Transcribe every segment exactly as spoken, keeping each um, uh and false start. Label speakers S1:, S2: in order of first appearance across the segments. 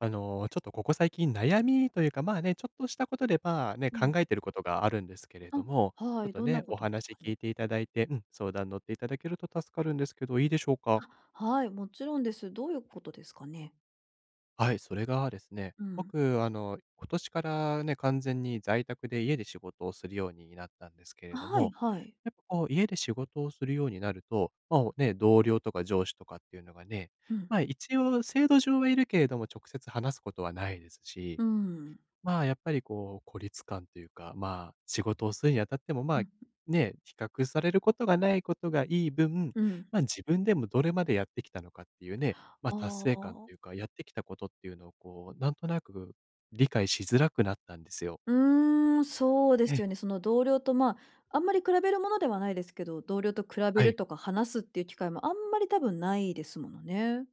S1: あの、ちょっとここ最近悩みというか、まあね、ちょっとしたことで、まあね、
S2: う
S1: 考
S2: ん。
S1: えてることがあるんですけれども、
S2: あ、
S1: ち
S2: は
S1: ょっ
S2: い、
S1: と
S2: どんな
S1: ね、
S2: こ
S1: お
S2: とです
S1: 話
S2: か
S1: 聞
S2: ね？
S1: いていただいて、うん、相談乗っていただけると助かるんですけど、いいでしょうか？
S2: あ、はい、もちろんです。どういうことですかね？
S1: はい、それがですね、
S2: うん。
S1: 僕、あの、今年からね、完全に在宅で家で仕事をするようになったんですけ
S2: あ、
S1: れど
S2: はい
S1: も、
S2: はい。
S1: やっぱこう家で仕事をするようになると、まあ、ね、同僚とか上司とかっていうのがね、
S2: うん。
S1: まあ、一応制度上はいるけれども、直接話すことはないですし、
S2: うん。
S1: まあ、やっぱりこう、孤立感というか、まあ、仕事をするにあたっても、ま
S2: う
S1: あ、
S2: ん、
S1: ね、比較されることがないことがいい分、
S2: うん。
S1: まあ、自分でもどれまでやってきたのかっていうね、まあ、達
S2: あ
S1: 成感という
S2: あ。
S1: か、やってきたことっていうのをこう、なんとなく理解しづらくなったんですよ。
S2: うーん、そうで
S1: ええ、
S2: すよね。その同僚と、まあ、あんまり比べるものではないですけど、同僚と比べ
S1: はい。
S2: るとか話すっていう機会もあんまり多分ないですものね。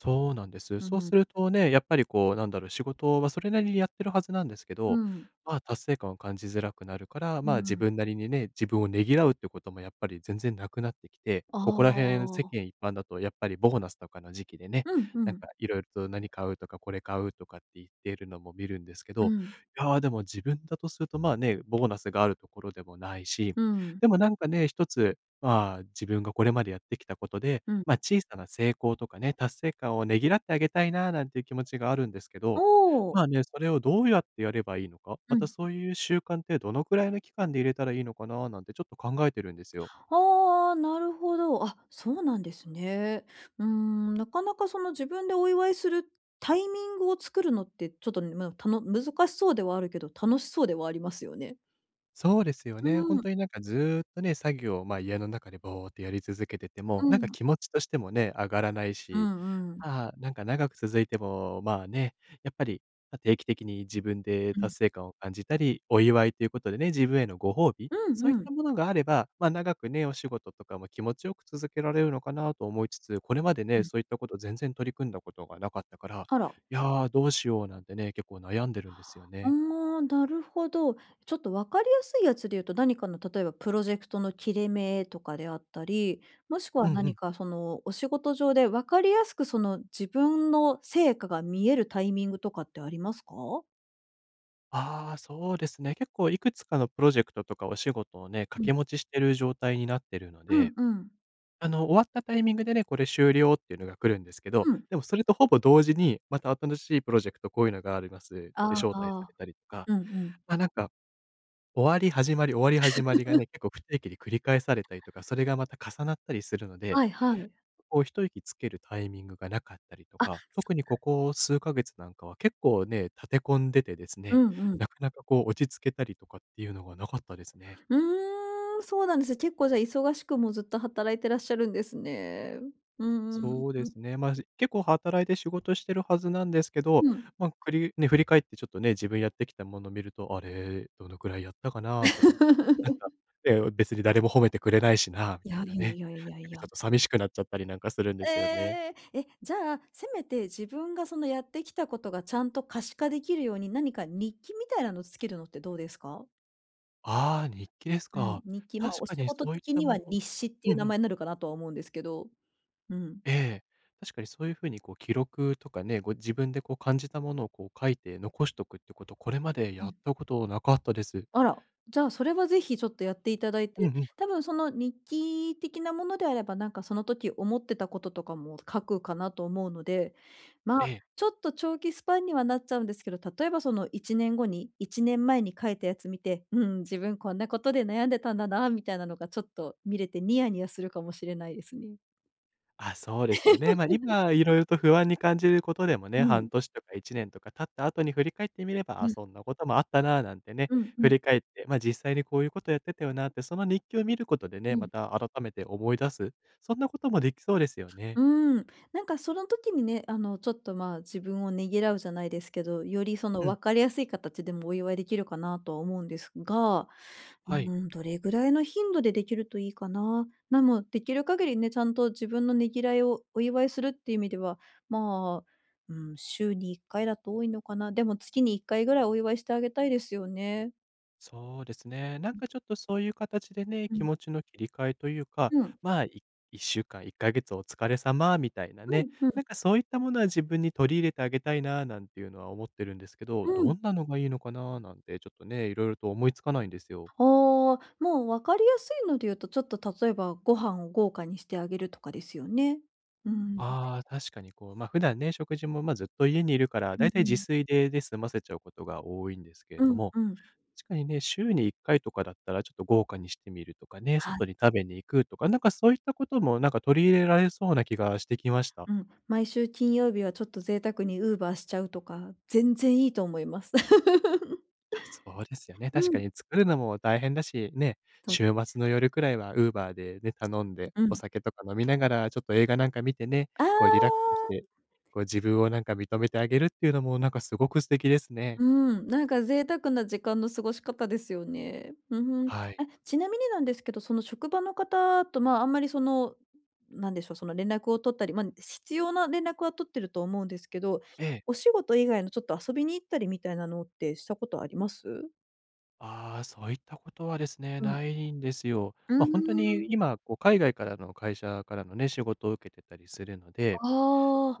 S1: そうなんです。
S2: う
S1: そうす
S2: ん。
S1: るとね、やっぱりこう、なんだろう、仕事はそれなりにやってるはずなんですけ
S2: う
S1: ど、
S2: ん。
S1: まあ、達成感を感じづらくなるから、
S2: う
S1: まあ、自
S2: ん。
S1: 分なりにね、自分をねぎらうってこともやっぱり全然なくなってきて、こ
S2: あ
S1: こら辺世間
S2: あ。
S1: 一般だとやっぱりボーナスとかの時期でね、
S2: うんう
S1: なん
S2: ん。
S1: かいろいろと何買うとかこれ買うとかって言っているのも見るんですけ
S2: う
S1: ど、
S2: ん。
S1: いや、でも自分だとすると、まあね、ボーナスがあるところでもないし、
S2: うん。
S1: でもなんかね、一つ、まあ、自分がこれまでやってきたことで、
S2: うん。
S1: まあ、小さな成功とかね、達成感をねぎらってあげたいななんていう気持ちがあるんですけ
S2: お
S1: ど、
S2: お。
S1: まあね、それをどうやってやればいいのか、
S2: う
S1: また
S2: ん。
S1: そういう習慣ってどのくらいの期間で入れたらいいのかななんてちょっと考えてるんですよ。
S2: ああ、なるほど。あ、そうなんですね。うーん、なかなかその自分でお祝いするタイミングを作るのって、ちょっとね、ま、たの難しそうではあるけど、楽しそうではありますよね。
S1: そうですよ
S2: う
S1: ね。本
S2: ん、
S1: 当になんかずーっとね、作業を、ま、家の中でぼーってやり続けてても、
S2: う
S1: なんか
S2: ん、
S1: 気持ちとしてもね、上がらない
S2: う
S1: し、
S2: んうん。
S1: まあ、なんか長く続いても、まあね、やっぱり、ま、定期的に自分で
S2: うん。
S1: 達成感を感じたり、お祝いということでね、自分へのご褒美、
S2: うん
S1: そうい
S2: う
S1: っ
S2: ん。
S1: たものがあれば、ま、あ長くね、お仕事とかも気持ちよく続けられるのかなと思いつつ、これまで
S2: う
S1: ね、
S2: ん。
S1: そういったこと全然取り組んだことがなかったから、
S2: あら。
S1: いやー、どうしようなんてね、結構悩んでるんですよ
S2: あ
S1: ね。
S2: あ、なるほど。ちょっと分かりやすいやつで言うと、何かの例えばプロジェクトの切れ目とかであったり、もしく
S1: う
S2: は
S1: んう
S2: 何
S1: ん。
S2: かそのお仕事上で分かりやすくその自分の成果が見えるタイミングとかってありますか？
S1: ああ、そうですね。結構いくつかのプロジェクトとかお仕事をね、掛
S2: うん。
S1: け持ちしてる状態になってるの
S2: うん
S1: で、
S2: うん。
S1: あの、終わったタイミングでね、これ終了っていうのが来るんですけど、
S2: うん。
S1: でもそれとほぼ同時に、また新しいプロジェクトこういうのがありますって
S2: あ
S1: 招待さ
S2: あ、
S1: れたりとか、
S2: うんうん。
S1: ま、なんか、終わり始まり、終わり始まりがね、結構不定期で繰り返されたりとか、それがまた重なったりするので、
S2: はいはい。
S1: こう一息つけるタイミングがなかったりと
S2: あ、
S1: か、特にここ数ヶ月なんかは結構ね、立て込んでてです
S2: う
S1: ね、
S2: んうん。
S1: なかなかこう落ち着けたりとかっていうのがなかったですね。
S2: うーん、そうなんですね、結構じゃあ忙しくもうずっと働いてらっしゃるんですね。うんうん。
S1: そうですね。まあ、し結構働いて仕事してるはずなんですけど、
S2: うん。
S1: まあ、くりね、振り返ってちょっとね、自分やってきたものを見ると、あれ、どのくらいやったかなとか、なん か、ね、別に誰も褒めてくれないしな、み
S2: い
S1: たい
S2: や
S1: な
S2: いや
S1: ね。
S2: いやいや
S1: なん
S2: い
S1: か
S2: や。
S1: ちょっと寂しくなっちゃったりなんかするんですよね。
S2: ええ。え、じゃあ、せめて自分がそのやってきたことがちゃんと可視化できるように、何か日記みたいなのつけるのってどうですか？
S1: ああ、日記です
S2: うん、
S1: か。
S2: 日記、まあ、
S1: 確
S2: お
S1: か
S2: 仕
S1: にそ
S2: 事
S1: ういっ
S2: 的
S1: た
S2: に
S1: も
S2: は
S1: の、
S2: 日誌って
S1: う
S2: い
S1: んう
S2: う名
S1: ん。
S2: 前になるかなとは思うんですけど。うん。
S1: ええ。確かにそういうふうにこう記録とかね、ご自分でこう感じたものをこう書いて残しとくってこと、これまで
S2: う
S1: やっ
S2: ん。
S1: たことなかったです。
S2: あら、じゃあ、それはぜひちょっとやっていただい
S1: うんう
S2: て、
S1: ん。
S2: 多分その日記的なものであれば、なんかその時思ってたこととかも書くかなと思うので、まあ、
S1: ええ。
S2: ちょっと長期スパンにはなっちゃうんですけど、例えばそのいちねんごに、いちねんまえに書いたやつ見て、うん、自分こんなことで悩んでたんだな、みたいなのがちょっと見れてニヤニヤするかもしれないですね。
S1: あ、そうですよね。ま、今いろいろと不安に感じることでもね、
S2: う
S1: 半
S2: う
S1: 年とかいちねんとか経った後に振り返ってみれば、あ、
S2: ん、う
S1: そんなこともあったななんてね、
S2: ん、う
S1: 振
S2: ん
S1: り返って、ま、実際にこういうことやってたよなって、その日記を見ることでね、
S2: う
S1: ま
S2: ん。
S1: た改めて思い出す、そんなこともできそうですよね。
S2: うーん、なんかその時にね、あの、ちょっと、まあ、自分をねぎらうじゃないですけど、よりその
S1: うん、
S2: 分かりやすい形でもお祝いできるかなとは思うんですが、
S1: は
S2: う
S1: い。
S2: ん、どれぐらいの頻度でできるといいかな。なもできる限りね、ちゃんと自分のねぎらいをお祝いするっていう意味では、まあ、うん、週にいっかいだと多いのかな。でも月にいっかいぐらいお祝いしてあげたいですよね。
S1: そうですね。なんかちょっとそういう形でね、
S2: う
S1: 気
S2: ん、
S1: 持ちの切り替えというか、
S2: うん、
S1: まあ、いいっしゅうかん、いっかげつお疲れ様みたいな
S2: うん、
S1: ね、
S2: う
S1: なんかそういったものは自分に取り入れてあげたいななんていうのは思ってるんですけど、
S2: ん、うん。
S1: どんなのがいいのかななんてちょっとね、いろいろと思いつかないんですよ。
S2: ああ、もう分かりやすいので言うと、ちょっと例えばご飯を豪華にしてあげるとかですよね。うん。
S1: ああ、確かにこう、ま、普段ね、食事も、ま、ずっと家にいるから、
S2: う
S1: だいたい自
S2: ん。
S1: 炊で、で、済ませちゃうことが多いんですけれ
S2: う
S1: ど
S2: ん
S1: も、
S2: うん。
S1: 確かにね、週にいっかいとかだったら、ちょっと豪華にしてみるとかね、
S2: は
S1: 外
S2: い。
S1: に食べに行くとか、なんかそういったことも、なんか取り入れられそうな気がしてきました。
S2: うん。毎週金曜日はちょっと贅沢にウーバーしちゃうとか、全然いいと思います。
S1: あ、そうですよね。
S2: う
S1: 確か
S2: ん。
S1: に作るのも大変だし、ね、
S2: そう。
S1: 週末の夜くらいはウーバーでね、頼んで、
S2: う
S1: お
S2: ん。
S1: 酒とか飲みながら、ちょっと映画なんか見てね、
S2: あ
S1: こうリラックスし
S2: あ。
S1: て、こう自分をなんか認めてあげるっていうのも、なんかすごく素敵ですね。
S2: うん、なんか贅沢な時間の過ごし方ですよね。うん、
S1: はい。
S2: あ、ちなみになんですけど、その職場の方と、まあ、あんまりその、なんでしょう、その連絡を取ったり、まあ、必要な連絡は取ってると思うんですけど、
S1: ええ。
S2: お仕事以外のちょっと遊びに行ったりみたいなのってしたことあります？
S1: ああ、そういったことはですね、
S2: うん。
S1: ないんですよ。
S2: う
S1: ま
S2: ー
S1: あ、ほんとに
S2: ん、
S1: 今、こう、海外からの会社からのね、仕事を受けてたりするので、
S2: あ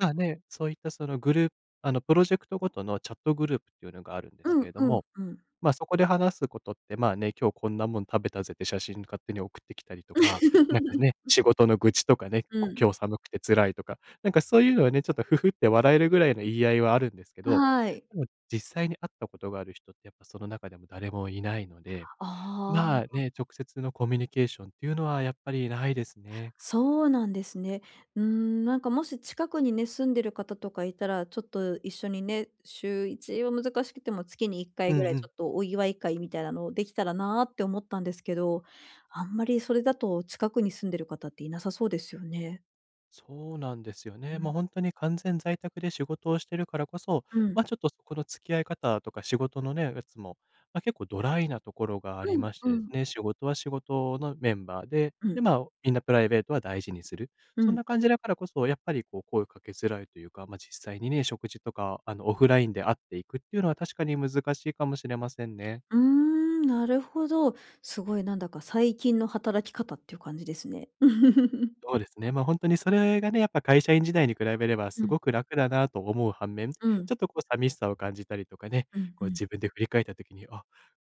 S2: あ、
S1: あね、そういったそのグループ、あの、プロジェクトごとのチャットグループっていうのがあるんで
S2: う
S1: すけ
S2: ん
S1: れど
S2: うん
S1: も、
S2: うん。
S1: まあ、そこで話すことって、まあね、今日こんなもん食べたぜって写真勝手に送ってきたりとか、なんかね、仕事の愚痴とかね、
S2: う
S1: こ
S2: ん。
S1: 今日寒くて辛いとか、なんかそういうのはね、ちょっとフフって笑えるぐらいの言い合いはあるんですけど、
S2: はい。
S1: でも実際に会ったことがある人ってやっぱその中でも誰もいないので、
S2: あ
S1: まあ、
S2: あ。
S1: ね、直接のコミュニケーションっていうのはやっぱりないですね。
S2: そうなんですね。うーん、なんかもし近くにね、住んでる方とかいたら、ちょっと一緒にね、週いちは難しくても月に1
S1: う
S2: 回
S1: ん
S2: ぐらい
S1: う
S2: ちょ
S1: ん。
S2: っとお祝い会みたいなのできたらなーって思ったんですけど、あんまりそれだと近くに住んでる方っていなさそうですよね。
S1: そうなんですよ
S2: う
S1: ね。も
S2: ん。
S1: う本当に完全在宅で仕事をしてるからこそ、
S2: うん。
S1: ま、ちょっとそこの付き合い方とか仕事のね、やつも、まあ、結構ドライなところがあり
S2: うん
S1: ましてで
S2: う
S1: す
S2: ん。
S1: ね、仕事は仕事のメンバーで、
S2: う
S1: で、
S2: ん。
S1: まあ、みんなプライベートは大事にする。
S2: う
S1: そん
S2: ん。
S1: な感じだからこそ、やっぱりこう声かけづらいというか、ま、実際にね、食事とか、あの、オフラインで会っていくっていうのは確かに難しいかもしれませんね。
S2: うーん、なるほど。すごいなんだか最近の働き方っていう感じですね。
S1: そうですね。ま、あ本当にそれがね、やっぱ会社員時代に比べれば
S2: う
S1: す
S2: ん。
S1: ごく楽だなと思う反面、ち
S2: うん。
S1: ょっとこう寂しさを感じたりとかね、
S2: うん
S1: こ
S2: う
S1: う
S2: ん
S1: 自分で振り返った時に、あ、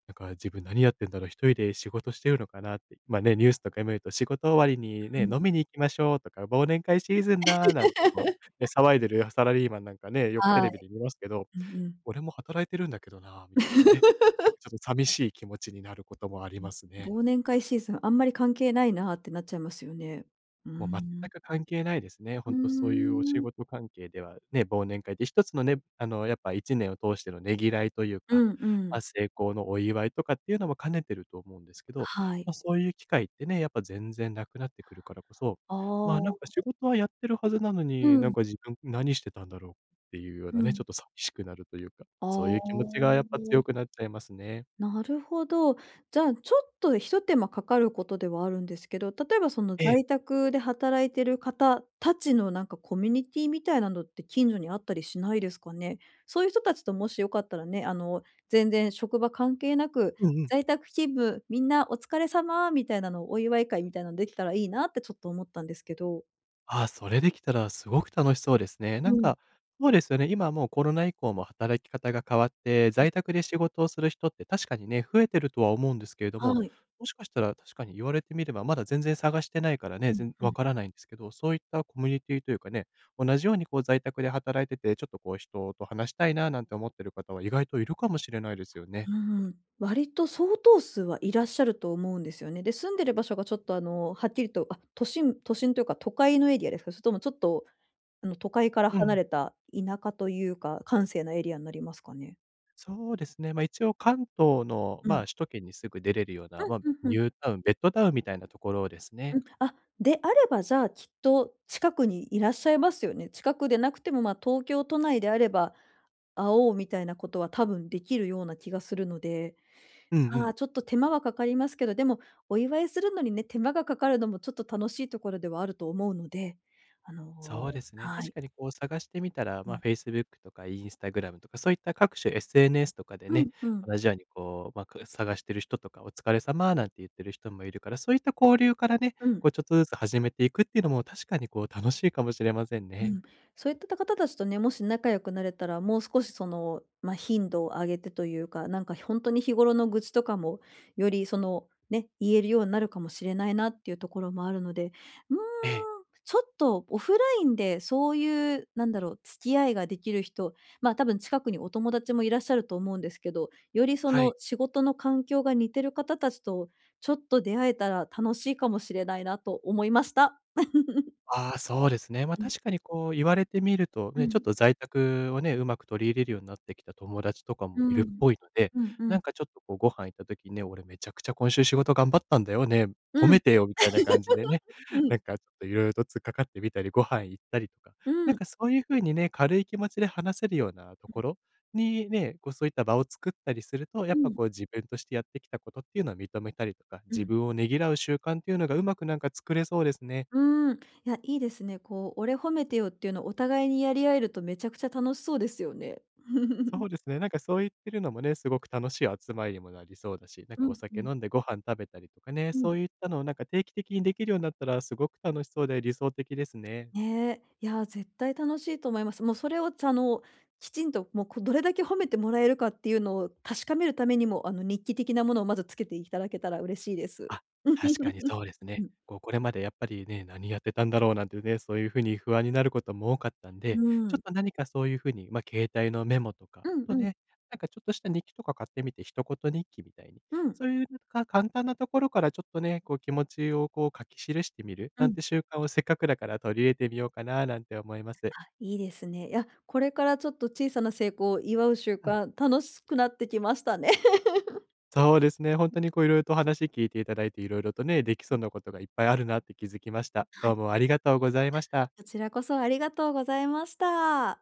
S1: なんか自分何やってんだろう、一人で仕事してるのかなって、まあね、ニュースとか見ると仕事終わりに
S2: う
S1: ね、飲
S2: ん。
S1: みに行きましょうとか、忘年会シーズンだなんてこう、ね、騒いでるサラリーマンなんかね、よくテ
S2: は
S1: レビ
S2: い。
S1: で見ますけど、
S2: うんうん。
S1: 俺も働いてるんだけどなみたいなね、なんかちょっと寂しい気持ちになることもあり
S2: ね、
S1: ますね。
S2: 忘年会シーズン、あんまり関係ないなってなっちゃいますよね。うー
S1: もう全
S2: ん。
S1: く関係ないですね。ほ
S2: う
S1: ん
S2: ー
S1: とそういうお仕
S2: ん。
S1: 事関係ではね、忘年会って一つのね、あの、やっぱいちねんを通してのねぎらいという
S2: う
S1: か、
S2: んう
S1: ま
S2: ん。
S1: あ、成功のお祝いとかっていうのも兼ねてると思うんですけど、
S2: はい。
S1: まあ、そういう機会ってね、やっぱ全然なくなってくるからこそ、
S2: あ
S1: まあ、なんか
S2: あ。
S1: 仕事はやってるはずなの
S2: う
S1: に、なん
S2: ん、
S1: か自分何してたんだろうっていうよう
S2: う
S1: なね、ちょ
S2: ん。
S1: っと寂しくなるというか、
S2: あ
S1: そういう気持ちがやっ
S2: あ。
S1: ぱ強くなっちゃいますね。
S2: なるほど。じゃあ、ちょっとひと手間かかることではあるんですけど、例えばその
S1: ええ。
S2: 在宅で働いてる方たちのなんかコミュニティみたいなのって近所にあったりしないですかね？そういう人たちともしよかったらね、あの、全然職場関係なく、
S1: うんうん。
S2: 在宅勤務みんなお疲れ様みたいなのお祝い会みたいなのできたらいいなってちょっと思ったんですけど。
S1: ああ、それできたらすごく楽しそうですね。なん
S2: うん、
S1: か、そうですよね、今もうコロナ以降も働き方が変わって、在宅で仕事をする人って確かにね、増えてるとは思うんですけれども、
S2: はい。
S1: もしかしたら確かに言われてみれば、まだ全然探してないからね、
S2: うん
S1: 全
S2: う
S1: わ
S2: ん。
S1: からないんですけど、そういったコミュニティというかね、同じようにこう在宅で働いてて、ちょっとこう人と話したいななんて思ってる方は意外といるかもしれないですよね。
S2: うん、割と相当数はいらっしゃると思うんですよね。で、住んでる場所がちょっとあの、はっきりと、あ、都心都心というか都会のエリアですか？それともちょっと、あの、都会から
S1: う
S2: 離
S1: ん。
S2: れた田舎というか、閑静なエリアになりますかね？
S1: そうですね。まあ、一応関東の、
S2: う
S1: まあ、
S2: ん。
S1: 首都圏にすぐ出れるよう
S2: う
S1: な、ま
S2: ん
S1: あ、
S2: うんう
S1: ニ
S2: ん。
S1: ュータウン、ベッドタウンみたいなところですね。
S2: うん。あ、であれば、じゃあ、きっと近くにいらっしゃいますよね。近くでなくても、まあ、東京都内であれば、会おうみたいなことは多分できるような気がするので、
S1: うんう
S2: あ
S1: ん。
S2: あ、ちょっと手間はかかりますけど、でも、お祝いするのにね、手間がかかるのもちょっと楽しいところではあると思うので、あの、
S1: そうですね。
S2: は
S1: 確
S2: い。
S1: かにこう探してみたら、
S2: う
S1: まあ、
S2: ん。
S1: Facebook とか Instagram とか、そういった各種 エスエヌエス とかで
S2: う
S1: ね、
S2: んうん。
S1: 同じようにこう、まあ、く探してる人とか、お疲れ様なんて言ってる人もいるから、そういった交流からね、
S2: うん。
S1: こうちょっとずつ始めていくっていうのも、確かにこう楽しいかもしれません
S2: う
S1: ね。
S2: ん、そういった方たちとね、もし仲良くなれたら、もう少しその、まあ、頻度を上げてというか、なんか本当に日頃の愚痴とかも、よりその、ね、言えるようになるかもしれないなっていうところもあるので、うーん、
S1: ええ、
S2: ちょっとオフラインでそういう、なんだろう、付き合いができる人、ま、あ多分近くにお友達もいらっしゃると思うんですけど、よりそ
S1: は
S2: の
S1: い。
S2: 仕事の環境が似てる方たちとちょっと出会えたら楽しいかもしれないなと思いました。
S1: ああ、そうですね。ま、
S2: うん、
S1: 確かにこう言われてみると、
S2: う
S1: ね、ちょっ
S2: ん。
S1: と在宅をね、うまく取り入れるようになってきた友達とかも
S2: う
S1: いるっ
S2: ん。
S1: ぽいので、
S2: うんう
S1: な
S2: ん。
S1: んかちょっとこうご飯行った時にね、俺めちゃくちゃ今週仕事頑張ったんだよね、褒
S2: うん。
S1: めてよみたいな感じでね、
S2: う
S1: な
S2: ん。
S1: んかちょっと色々と突っかかってみたり、ご飯行ったりとか、
S2: う
S1: なん
S2: ん。
S1: かそういう風にね、軽い気持ちで話せるようなと
S2: う
S1: こ
S2: ん。
S1: ろにね、こうそういった場を作ったりすると、やっ
S2: う
S1: ぱ
S2: ん。
S1: こう自分としてやってきたことっていうのは認めたりとか、
S2: う
S1: 自
S2: ん。
S1: 分をねぎらう習慣っていうのがうまくなんか作れそうですね。
S2: うーん。いや、いいですね。こう、俺褒めてよっていうのをお互いにやり合えるとめちゃくちゃ楽しそうですよね。
S1: そうですね、なんかそう言ってるのもね、すごく楽しい集まりにもなりそうだし、なんか
S2: う
S1: お
S2: んう
S1: 酒
S2: ん。
S1: 飲んでご飯食べたりとかね、
S2: う
S1: そ
S2: ん。
S1: ういったのをなんか定期的にできるようになったらすごく楽しそうで理想的ですね。
S2: ねえ。いや、絶対楽しいと思います。もうそれを、あの、きちんと、もう、こどれだけ褒めてもらえるかっていうのを確かめるためにも、あの、日記的なものをまずつけていただけたら嬉しいです。
S1: あ、確かに そうです
S2: う
S1: ね。
S2: ん。
S1: こう、これまでやっぱりね、何やってたんだろうなんてね、そういう風に不安になることも多かったん
S2: う
S1: で、ちょっ
S2: ん。
S1: と何かそういう風に、まあ、携帯のメモとか、
S2: うん。
S1: あと
S2: うん。
S1: ね、なんかちょっとした日記とか買ってみて、一言日記みたいに、
S2: うん。
S1: そういうなんか簡単なところからちょっとね、こう気持ちをこう書き記してみる
S2: う
S1: なん
S2: ん。
S1: て習慣をせっかくだから取り入れてみようかななんて思います。
S2: あ、いいですね。いや、これからちょっと小さな成功を祝う習
S1: うん、
S2: 慣、楽しくなってきましたね。
S1: そうですね、本当にこう色々と話聞いていただいて、色々とね、できそうなことがいっぱいあるなって気づきました。
S2: は
S1: どう
S2: い、
S1: もありがとうございました。
S2: こちらこそありがとうございました。